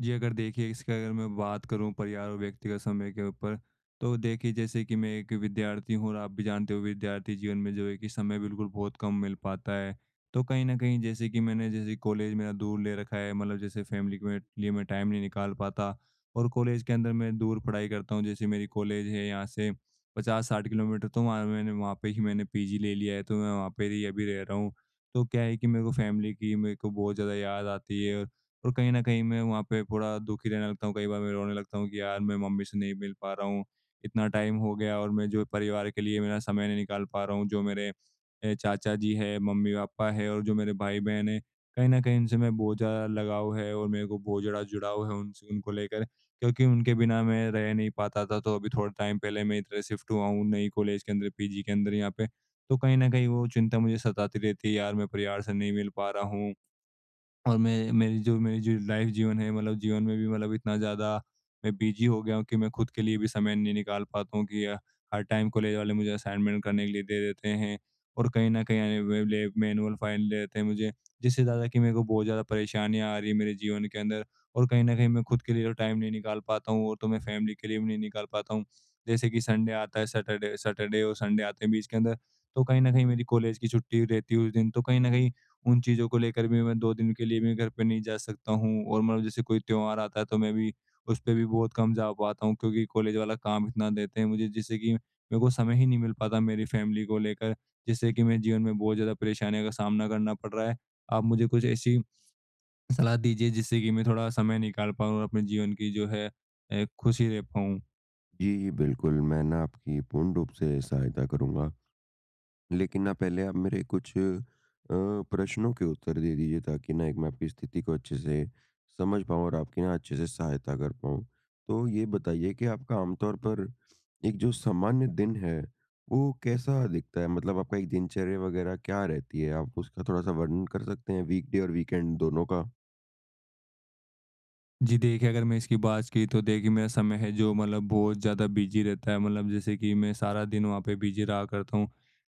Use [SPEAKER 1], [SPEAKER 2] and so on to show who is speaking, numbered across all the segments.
[SPEAKER 1] जी, अगर देखिए इसका अगर मैं बात करूँ परिवार और व्यक्तिगत समय के ऊपर, तो देखिए जैसे कि मैं एक विद्यार्थी हूँ और आप भी जानते हो विद्यार्थी जीवन में जो है कि समय बिल्कुल बहुत कम मिल पाता है। तो कहीं न कहीं जैसे कि मैंने जैसे कॉलेज मेरा दूर ले रखा है, मतलब जैसे फैमिली के लिए मैं टाइम नहीं निकाल पाता और कॉलेज के अंदर मैं दूर पढ़ाई करता हूँ। जैसे मेरी कॉलेज है यहाँ से 50-60 किलोमीटर, तो वहाँ मैंने वहाँ पे ही मैंने पीजी ले लिया है, तो मैं वहाँ पे ही अभी रह रहा हूँ। तो क्या है कि मेरे को फैमिली की मेरे को बहुत ज़्यादा याद आती है और कहीं न कहीं मैं वहाँ पे थोड़ा दुखी रहने लगता हूँ, कई बार मैं रोने लगता हूँ कि यार मैं मम्मी से नहीं मिल पा रहा हूँ, इतना टाइम हो गया और मैं जो परिवार के लिए मेरा समय नहीं निकाल पा रहा हूँ, जो मेरे चाचा जी हैं, मम्मी-पापा हैं और जो मेरे भाई-बहन हैं, कहीं न कहीं उनसे मैं बहुत ज़्यादा लगाव है और मेरे को बहुत ज़्यादा जुड़ाव है उनसे उनको लेकर, क्योंकि उनके बिना मैं रह नहीं पाता था। तो अभी थोड़ा टाइम पहले मैं इधर शिफ्ट हुआ हूँ नई कॉलेज के अंदर, पीजी के अंदर यहाँ पे, तो कहीं न कहीं वो चिंता मुझे सताती रहती है, यार मैं परिवार से नहीं मिल पा रहा हूँ। और मैं मेरी जो लाइफ जीवन है, मतलब जीवन में भी मतलब इतना ज़्यादा मैं बिज़ी हो गया हूँ कि मैं खुद के लिए भी समय नहीं निकाल पाता हूँ कि हर टाइम कॉलेज वाले मुझे असाइनमेंट करने के लिए दे देते हैं और कहीं न कहीं एनुअल लैब में एनुअल फाइनल दे देते हैं मुझे, जिससे ज़्यादा कि मेरे को बहुत ज़्यादा परेशानियाँ आ रही हैं मेरे जीवन के अंदर और कहीं न कहीं मैं खुद के लिए तो टाइम नहीं निकाल पाता हूँ और तो मैं फैमिली के लिए भी नहीं निकाल पाता हूँ। जैसे कि संडे आता है, सैटरडे सैटरडे और संडे आते हैं बीच के अंदर, तो कहीं न कहीं मेरी कॉलेज की छुट्टी रहती है उस दिन, तो कहीं न कहीं उन चीज़ों को लेकर भी मैं 2 दिन के लिए भी घर पे नहीं जा सकता हूँ और मतलब जैसे कोई त्योहार आता है तो मैं भी उस पे भी बहुत कम जा पाता हूँ, क्योंकि कॉलेज वाला काम इतना देते हैं मुझे, जिससे कि मेरे को समय ही नहीं मिल पाता मेरी फैमिली को लेकर, जिससे कि मेरे जीवन में बहुत ज़्यादा परेशानियों का सामना करना पड़ रहा है। आप मुझे कुछ ऐसी सलाह दीजिए जिससे कि मैं थोड़ा समय निकाल पाऊँ और अपने जीवन की जो है खुशी ले पाऊँ।
[SPEAKER 2] जी, बिल्कुल, मैं ना आपकी पूर्ण रूप से सहायता करूँगा। लेकिन ना पहले आप मेरे कुछ प्रश्नों के उत्तर दे दीजिए, ताकि ना एक मैं आपकी स्थिति को अच्छे से समझ पाऊँ और आपकी ना अच्छे से सहायता कर पाऊँ। तो ये बताइए कि आपका आमतौर पर एक जो सामान्य दिन है, वो कैसा दिखता है? मतलब आपका एक दिनचर्या वगैरह क्या रहती है? आप उसका थोड़ा-सा वर्णन कर सकते हैं, वीकडे और वीकेंड दोनों का?
[SPEAKER 1] जी देखिए, अगर मैं इसकी बात की तो देखिए मेरा समय है जो मतलब बहुत ज़्यादा बिज़ी रहता है, मतलब जैसे कि मैं सारा दिन वहाँ पे बिज़ी रहा करता हूँ।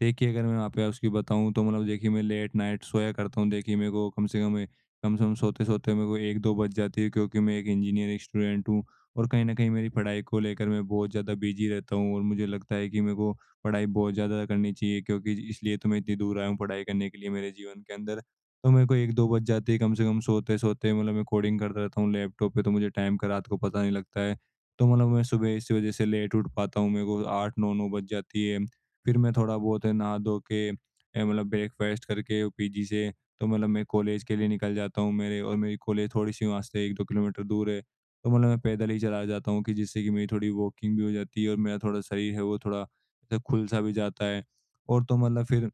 [SPEAKER 1] देखिए अगर मैं वहाँ पे उसकी बताऊँ तो मतलब देखिए मैं लेट नाइट सोया करता हूँ। देखिए मेरे को कम से कम सोते-सोते मेरे को 1-2 बज जाती है, क्योंकि मैं एक इंजीनियरिंग स्टूडेंट हूँ और कहीं न कहीं मेरी पढ़ाई को लेकर मैं बहुत ज़्यादा बिज़ी रहता हूँ और मुझे लगता है कि मेरे को पढ़ाई बहुत ज़्यादा करनी चाहिए क्योंकि इसलिए तो मैं इतनी दूर आया हूँ पढ़ाई करने के लिए मेरे जीवन के अंदर। तो मेरे को 1-2 बज जाते हैं कम से कम सोते-सोते, मतलब मैं कोडिंग करता रहता हूँ लैपटॉप पे, तो मुझे टाइम का रात को पता नहीं लगता है। तो मतलब मैं सुबह इस वज़ह से लेट उठ पाता हूँ, मेरे को 8-9-9 बज जाती है। फिर मैं थोड़ा बहुत है नहा धो के मतलब ब्रेकफ़ास्ट करके पीजी से तो मतलब मैं कॉलेज के लिए निकल जाता हूँ, मेरे और मेरी कॉलेज थोड़ी-सी वहाँ से 1-2 किलोमीटर दूर है। तो मतलब मैं पैदल ही चला जाता हूँ कि जिससे कि मेरी थोड़ी वॉकिंग भी हो जाती है और मेरा थोड़ा शरीर है वो थोड़ा ऐसा खुल सा भी जाता है। और तो मतलब फिर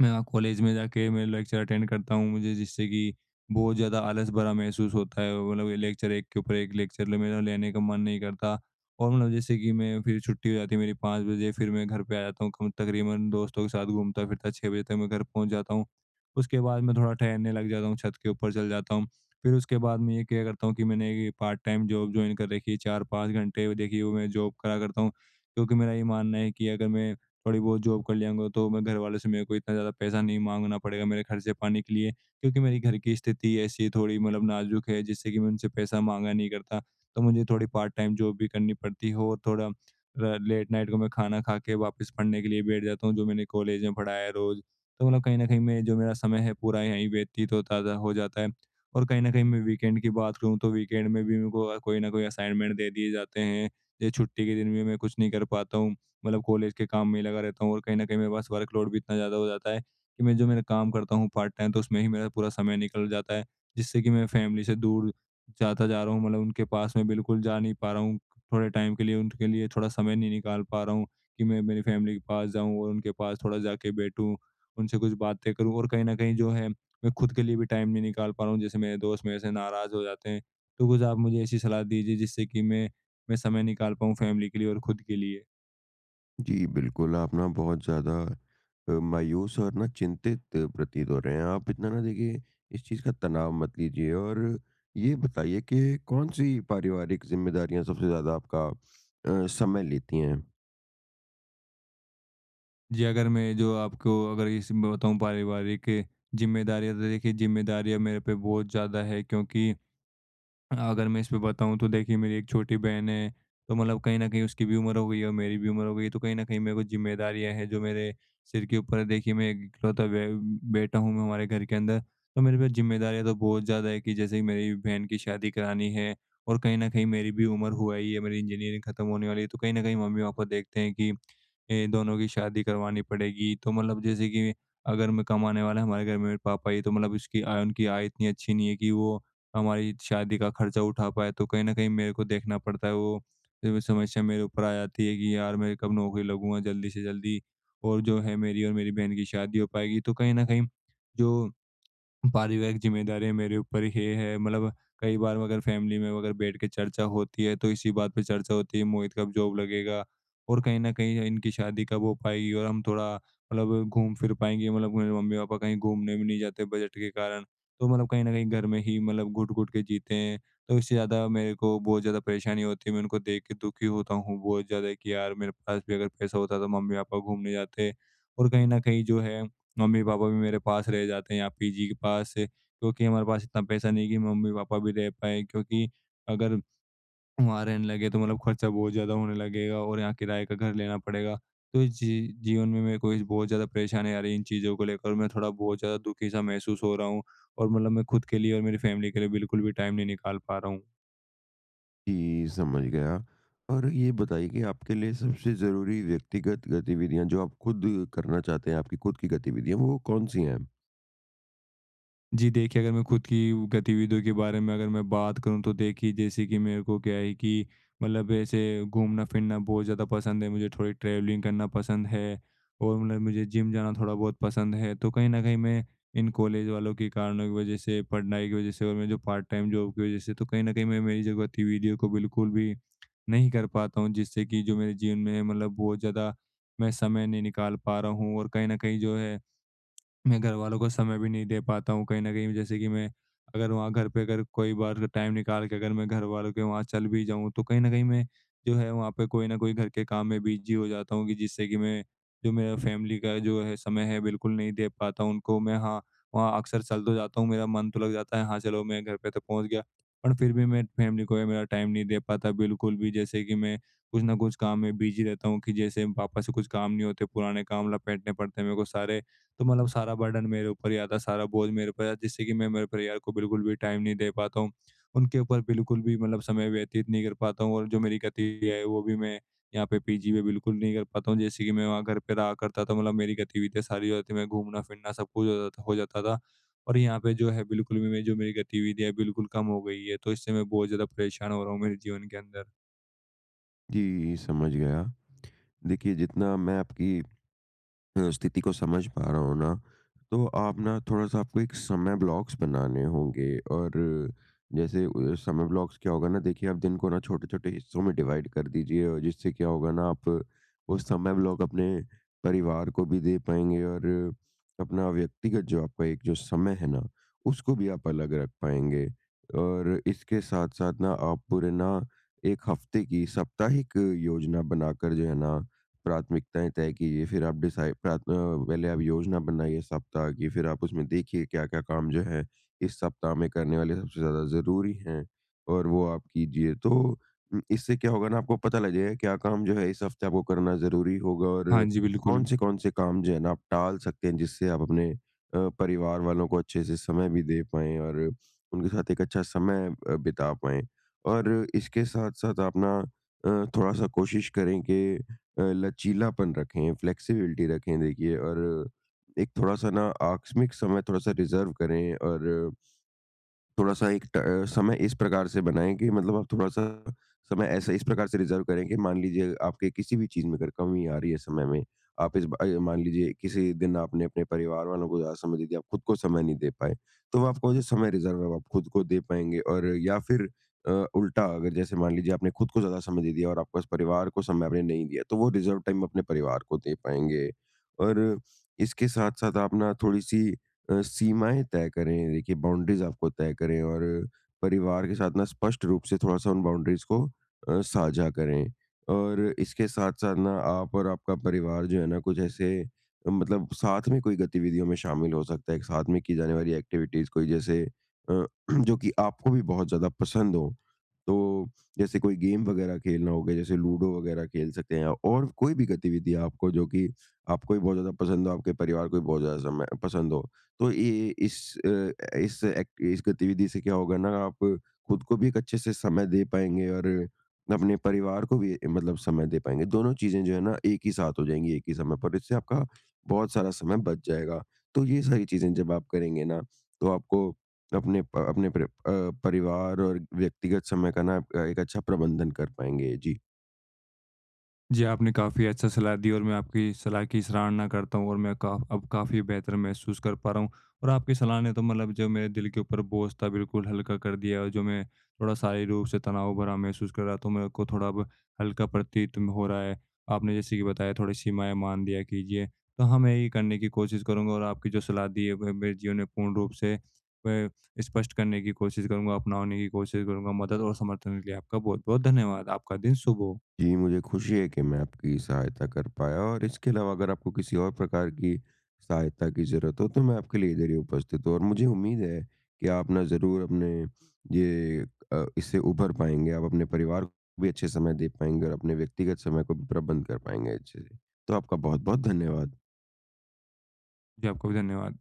[SPEAKER 1] मैं वहाँ कॉलेज में जाके मैं लेक्चर अटेंड करता हूँ, मुझे जिससे कि बहुत ज़्यादा आलस भरा महसूस होता है, मतलब ये लेक्चर एक के ऊपर एक लेक्चर ले मेरा लेने का मन नहीं करता और मतलब जैसे कि मैं फिर छुट्टी हो जाती है मेरी 5 बजे, फिर मैं घर पे आ जाता हूँ, कम तकरीबन दोस्तों के साथ घूमता फिरता 6 बजे तक मैं घर पहुँच जाता हूँ। उसके बाद मैं थोड़ा टहलने लग जाता हूँ, छत के ऊपर चल जाता हूँ। फिर उसके बाद मैं ये क्या करता हूँ कि मैंने एक पार्ट टाइम जॉब ज्वाइन कर रखी है, 4-5 घंटे देखिए वो मैं जॉब करा करता हूँ, क्योंकि मेरा ये मानना है कि अगर मैं थोड़ी बहुत जॉब कर लियांगा तो मैं घर वालों से मेरे को इतना ज़्यादा पैसा नहीं माँगना पड़ेगा मेरे खर्चे पानी के लिए। क्योंकि मेरी घर की स्थिति ऐसी थोड़ी मतलब नाज़ुक है, जिससे कि मैं उनसे पैसा माँगा नहीं करता। तो मुझे थोड़ी पार्ट टाइम जॉब भी करनी पड़ती है और थोड़ा र लेट नाइट को मैं खाना खा के वापस पढ़ने के लिए बैठ जाता हूँ जो मैंने कॉलेज में पढ़ा है रोज़। तो मतलब कहीं न कहीं मैं जो मेरा समय है पूरा यहीं व्यतीत होता था हो जाता है। और कहीं न कहीं मैं वीकेंड की बात करूँ तो वीकेंड में भी मेरे को कोई न कोई असाइनमेंट दे दिए जाते हैं। ये छुट्टी के दिन भी मैं कुछ नहीं कर पाता हूँ। मतलब कॉलेज के काम में ही लगा रहता हूँ और कहीं न कहीं मेरे पास वर्कलोड भी इतना ज़्यादा हो जाता है कि मैं जो मेरा काम करता हूँ पार्ट टाइम तो उसमें ही मेरा पूरा समय निकल जाता है, जिससे कि मैं फैमिली से दूर जाता जा रहा हूँ, मतलब उनके पास मैं बिल्कुल जा नहीं पा रहा हूँ। थोड़े टाइम के लिए उनके लिए थोड़ा समय नहीं निकाल पा रहा हूँ कि मैं मेरी फैमिली के पास जाऊँ और उनके पास थोड़ा जाके बैठूँ, उनसे कुछ बातें करूँ और कहीं न कहीं जो है मैं खुद के लिए भी टाइम नहीं निकाल पा रहा हूँ। जैसे मेरे दोस्त मेरे से नाराज़ हो जाते हैं, तो कुछ आप मुझे ऐसी सलाह दीजिए जिससे कि मैं समय निकाल पाऊँ फैमिली के लिए और खुद के लिए।
[SPEAKER 2] जी, बिल्कुल, आप ना बहुत ज़्यादा मायूस और ना चिंतित प्रतीत हो रहे हैं। आप इतना ना देखिए, इस चीज़ का तनाव मत लीजिए, और ये बताइए कि कौन-सी पारिवारिक ज़िम्मेदारियाँ सबसे ज़्यादा आपका समय लेती हैं?
[SPEAKER 1] जी, अगर मैं जो आपको अगर इस मैं बताऊँ पारिवारिक ज़िम्मेदारियाँ तो देखिए ज़िम्मेदारियाँ मेरे पे बहुत ज़्यादा है, क्योंकि अगर मैं इस पे बताऊँ तो देखिए मेरी एक छोटी बहन है, तो मतलब कहीं न कहीं उसकी भी उम्र हो गई है और मेरी भी उम्र हो गई है, तो कहीं न कहीं मेरे को ज़िम्मेदारियाँ हैं जो मेरे सिर के ऊपर है। देखिए मैं एक इकलौता बे बेटा हूँ मैं हमारे घर के अंदर, तो मेरे पे ज़िम्मेदारियाँ तो बहुत ज़्यादा है कि जैसे कि मेरी बहन की शादी करानी है और कहीं न कहीं मेरी भी उम्र हुआ ही है, मेरी इंजीनियरिंग खत्म होने वाली है, तो कहीं न कहीं मम्मी-पापा देखते हैं कि दोनों की शादी करवानी पड़ेगी। तो मतलब जैसे कि अगर मैं कमाने वाला हमारे घर में मेरे पापा ही हैं, तो मतलब इसकी आय उनकी आय इतनी अच्छी नहीं है कि वो हमारी शादी का खर्चा उठा पाए, तो कहीं न कहीं मेरे को देखना पड़ता है वो समस्या मेरे ऊपर आ जाती है कि यार मैं कब नौकरी लगूँगा जल्दी से जल्दी और जो है मेरी और मेरी बहन की शादी हो पाएगी। तो कहीं न कहीं जो पारिवारिक ज़िम्मेदारियाँ मेरे ऊपर ये है, मतलब कई बार अगर फैमिली में अगर बैठ के चर्चा होती है तो इसी बात पे चर्चा होती है मोहित कब जॉब लगेगा और कहीं न कहीं इनकी शादी कब हो पाएगी और हम थोड़ा मतलब घूम फिर पाएँगे, मतलब मेरे मम्मी-पापा कहीं घूमने भी नहीं जाते बजट के कारण। तो मतलब कहीं न कहीं घर में ही मतलब घुट-घुट के जीते हैं, तो इससे ज़्यादा मेरे को बहुत ज़्यादा परेशानी होती है, मैं उनको देख के दुखी होता हूँ बहुत ज़्यादा कि यार मेरे पास भी अगर पैसा होता तो मम्मी-पापा घूमने जाते और कहीं न कहीं जो है मम्मी-पापा भी मेरे पास रह जाते हैं या पीजी के पास, क्योंकि हमारे पास इतना पैसा नहीं कि मम्मी-पापा भी रह पाएँ, क्योंकि अगर वहाँ रहने लगे तो मतलब खर्चा बहुत ज़्यादा होने लगेगा और यहाँ किराए का घर लेना पड़ेगा। तो इस जीवन में मेरे को इस बहुत ज़्यादा परेशानी आ रही है इन चीज़ों को लेकर और मैं थोड़ा बहुत ज़्यादा दुखी-सा महसूस हो रहा हूँ और मतलब मैं खुद के लिए और मेरी फैमिली के लिए बिल्कुल भी टाइम नहीं निकाल पा रहा हूँ।
[SPEAKER 2] जी, समझ गया। और ये बताइए कि आपके लिए सबसे ज़रूरी व्यक्तिगत गतिविधियाँ, जो आप खुद करना चाहते हैं, आपकी खुद की गतिविधियाँ, वो कौन-सी हैं?
[SPEAKER 1] जी, देखिए अगर मैं खुद की गतिविधियों के बारे में अगर मैं बात करूँ तो देखिए जैसे कि मेरे को क्या है कि मतलब ऐसे घूमना-फिरना बहुत ज़्यादा पसंद है, मुझे थोड़ी ट्रैवलिंग करना पसंद है और मतलब मुझे जिम जाना थोड़ा बहुत पसंद है। तो कहीं न कहीं मैं इन कॉलेज वालों के कारणों की वज़ह से, पढ़ाई की वज़ह से और मैं जो पार्ट-टाइम जॉब की वज़ह से तो कहीं न कहीं मैं मेरी जो गतिविधियों को बिल्कुल भी नहीं कर पाता हूँ, जिससे कि जो मेरे जीवन में है, मतलब बहुत ज़्यादा मैं समय नहीं निकाल पा रहा हूँ और कहीं न कहीं जो है मैं घरवालों को समय भी नहीं दे पाता हूँ, कहीं न कहीं जैसे कि मैं अगर वहाँ घर पे अगर कोई बार टाइम निकाल के अगर मैं घरवालों के वहाँ चल भी जाऊँ तो कहीं न कहीं मैं जो है वहाँ पे कोई न कोई घर के काम में बिज़ी हो जाता हूँ कि जिससे कि मैं जो मेरा फैमिली का जो है समय है बिल्कुल नहीं दे पाता हूँ उनको। मैं हाँ, वहाँ अक्सर चल तो जाता हूँ, मेरा मन तो लग जाता है, हाँ, चलो मैं घर पे तो पहुँच गया। पर फिर भी मैं फैमिली को ये मेरा टाइम नहीं दे पाता बिल्कुल भी, जैसे कि मैं कुछ न कुछ काम में बिज़ी रहता हूँ कि जैसे पापा से कुछ काम नहीं होते पुराने काम लपेटने पड़ते हैं मेरे को सारे। तो मतलब सारा बर्डन मेरे ऊपर ही आता है, सारा बोझ मेरे ऊपर है, जिससे कि मैं मेरे परिवार को बिल्कुल भी टाइम नहीं दे पाता हूँ। उनके ऊपर बिल्कुल भी मतलब समय व्यतीत नहीं कर पाता हूँ और जो मेरी गति है, वो भी मैं यहाँ पे पीजी में बिल्कुल नहीं कर पाता हूँ। जैसे कि मैं वहाँ घर पे रहा करता था, मतलब मेरी गतिविधियाँ सारी हो जाती मैं घूमना-फिरना सब कुछ हो जाता था और यहाँ पे जो है बिल्कुल भी मैं जो मेरी गतिविधियाँ है, बिल्कुल कम हो गई है, तो इससे मैं बहुत ज़्यादा परेशान हो रहा हूँ मेरे जीवन के अंदर।
[SPEAKER 2] जी, समझ गया। देखिए, जितना मैं आपकी स्थिति को समझ पा रहा हूँ ना, तो आप ना थोड़ा-सा, आपको एक समय ब्लॉक्स बनाने होंगे। और जैसे समय ब्लॉक्स क्या होगा ना, देखिए आप दिन को ना छोटे-छोटे हिस्सों में डिवाइड कर दीजिए, और जिससे क्या होगा ना, आप वो समय ब्लॉक अपने परिवार को भी दे पाएँगे और अपना व्यक्तिगत जो आपका एक जो समय है ना, उसको भी आप अलग रख पाएँगे। और इसके साथ-साथ ना आप पूरे ना 1 हफ्ते की साप्ताहिक योजना बनाकर जो है ना, प्राथमिकताएँ तय कीजिए। फिर आप पहले आप योजना बनाइए सप्ताह की, फिर आप उसमें देखिए क्या-क्या काम जो है इस सप्ताह में करने वाले सबसे ज़्यादा ज़रूरी हैं, और वो आप कीजिए। तो इससे क्या होगा ना, आपको पता लग जाएगा क्या काम जो है इस हफ्ते आपको करना ज़रूरी होगा।
[SPEAKER 1] हाँ
[SPEAKER 2] और
[SPEAKER 1] जी,
[SPEAKER 2] कौन-से-कौन
[SPEAKER 1] बिल्कुल।
[SPEAKER 2] से कौन से काम जो है ना, आप टाल सकते हैं, जिससे आप अपने परिवार वालों को अच्छे से समय भी दे पाएँ और उनके साथ एक अच्छा समय बिता पाएँ। और इसके साथ-साथ आप ना अ, थोड़ा-सा कोशिश करें कि लचीलापन रखें, फ्लेक्सिबिलिटी रखें, देखिए। और एक थोड़ा-सा ना आकस्मिक समय थोड़ा-सा रिज़र्व करें, और थोड़ा-सा समय इस प्रकार से बनाएँ कि मतलब आप थोड़ा-सा समय ऐसे इस प्रकार से रिज़र्व करें कि मान लीजिए, आपके किसी भी चीज़ में अगर कमी आ रही है समय में, आप मान लीजिए किसी दिन आपने अपने परिवार वालों को ज़्यादा समय दे दिया, आप खुद को समय नहीं दे पाए, तो वो आपको जो समय रिज़र्व है वो आप खुद को दे पाएँगे। और या फिर अ, उल्टा, अगर जैसे मान लीजिए, आपने खुद को ज़्यादा समय दे दिया और आपके पास परिवार को समय आपने नहीं दिया, तो वो रिज़र्व टाइम अपने परिवार को दे पाएँगे। और इसके साथ-साथ आप ना थोड़ी-सी सीमाएँ तय करें, देखिए बाउंड्रीज़ आपको तय करें, और परिवार के साथ ना स्पष्ट रूप से थोड़ा-सा उन बाउंड्रीज़ को साझा करें। और इसके साथ-साथ ना आप और आपका परिवार जो है ना, कुछ ऐसे मतलब साथ में कोई गतिविधियों में शामिल हो सकता है, एक साथ में की जाने वाली एक्टिविटीज़ कोई, जैसे अ, जो कि आपको भी बहुत ज़्यादा पसंद हो। तो जैसे कोई गेम वगैरह खेलना हो गया, जैसे लूडो वगैरह खेल सकते हैं, और कोई भी गतिविधि आपको, जो कि आपको भी बहुत ज़्यादा पसंद हो, आपके परिवार को भी बहुत ज़्यादा समय पसंद हो। तो ये इस अ, इस एक्ट इस गतिविधि से क्या होगा ना, आप खुद को भी एक अच्छे से समय दे पाएँगे और अपने परिवार को भी मतलब समय दे पाएँगे। दोनों चीज़ें जो है ना एक ही साथ हो जाएँगी एक ही समय पर, इससे आपका बहुत सारा समय बच जाएगा। तो ये सारी चीज़ें जब आप करेंगे ना, तो आपको अपने प अपने प्र अ, परिवार और व्यक्तिगत समय का ना आप एक अच्छा प्रबंधन कर पाएँगे। जी।
[SPEAKER 1] जी, आपने काफ़ी अच्छा सलाह दी और मैं आपकी सलाह की सराहना करता हूँ और मैं का अब काफ़ी बेहतर महसूस कर पा रहा हूँ और आपकी सलाह ने तो मतलब जो मेरे दिल के ऊपर बोझ था बिल्कुल हल्का कर दिया और जो मैं थोड़ा शारीरिक रूप से तनाव भरा महसूस कर रहा था तो मेरे को थोड़ा अब हल्का प्रतीत हो रहा है। आपने जैसे कि बताया थोड़ी सीमाएँ मान दिया कीजिए, तो हाँ, मैं यही करने की कोशिश करूँगा और आपकी जो सलाह दी है वह मेरे जीवन में पूर्ण रूप से मैं स्पष्ट करने की कोशिश करूँगा, अपनाने की कोशिश करूँगा। मदद और समर्थन के लिए आपका बहुत-बहुत धन्यवाद। आपका दिन शुभ हो।
[SPEAKER 2] जी, मुझे खुशी है कि मैं आपकी सहायता कर पाया, और इसके अलावा अगर आपको किसी और प्रकार की सहायता की ज़रूरत हो, तो मैं आपके लिए इधर ही उपस्थित हूँ। और मुझे उम्मीद है कि आप ना ज़रूर अपने ये इससे उभर पाएँगे, आप अपने परिवार को भी अच्छे समय दे पाएँगे और अपने व्यक्तिगत समय को भी प्रबंध कर पाएँगे अच्छे से। तो आपका बहुत-बहुत धन्यवाद।
[SPEAKER 1] जी, आपका भी धन्यवाद।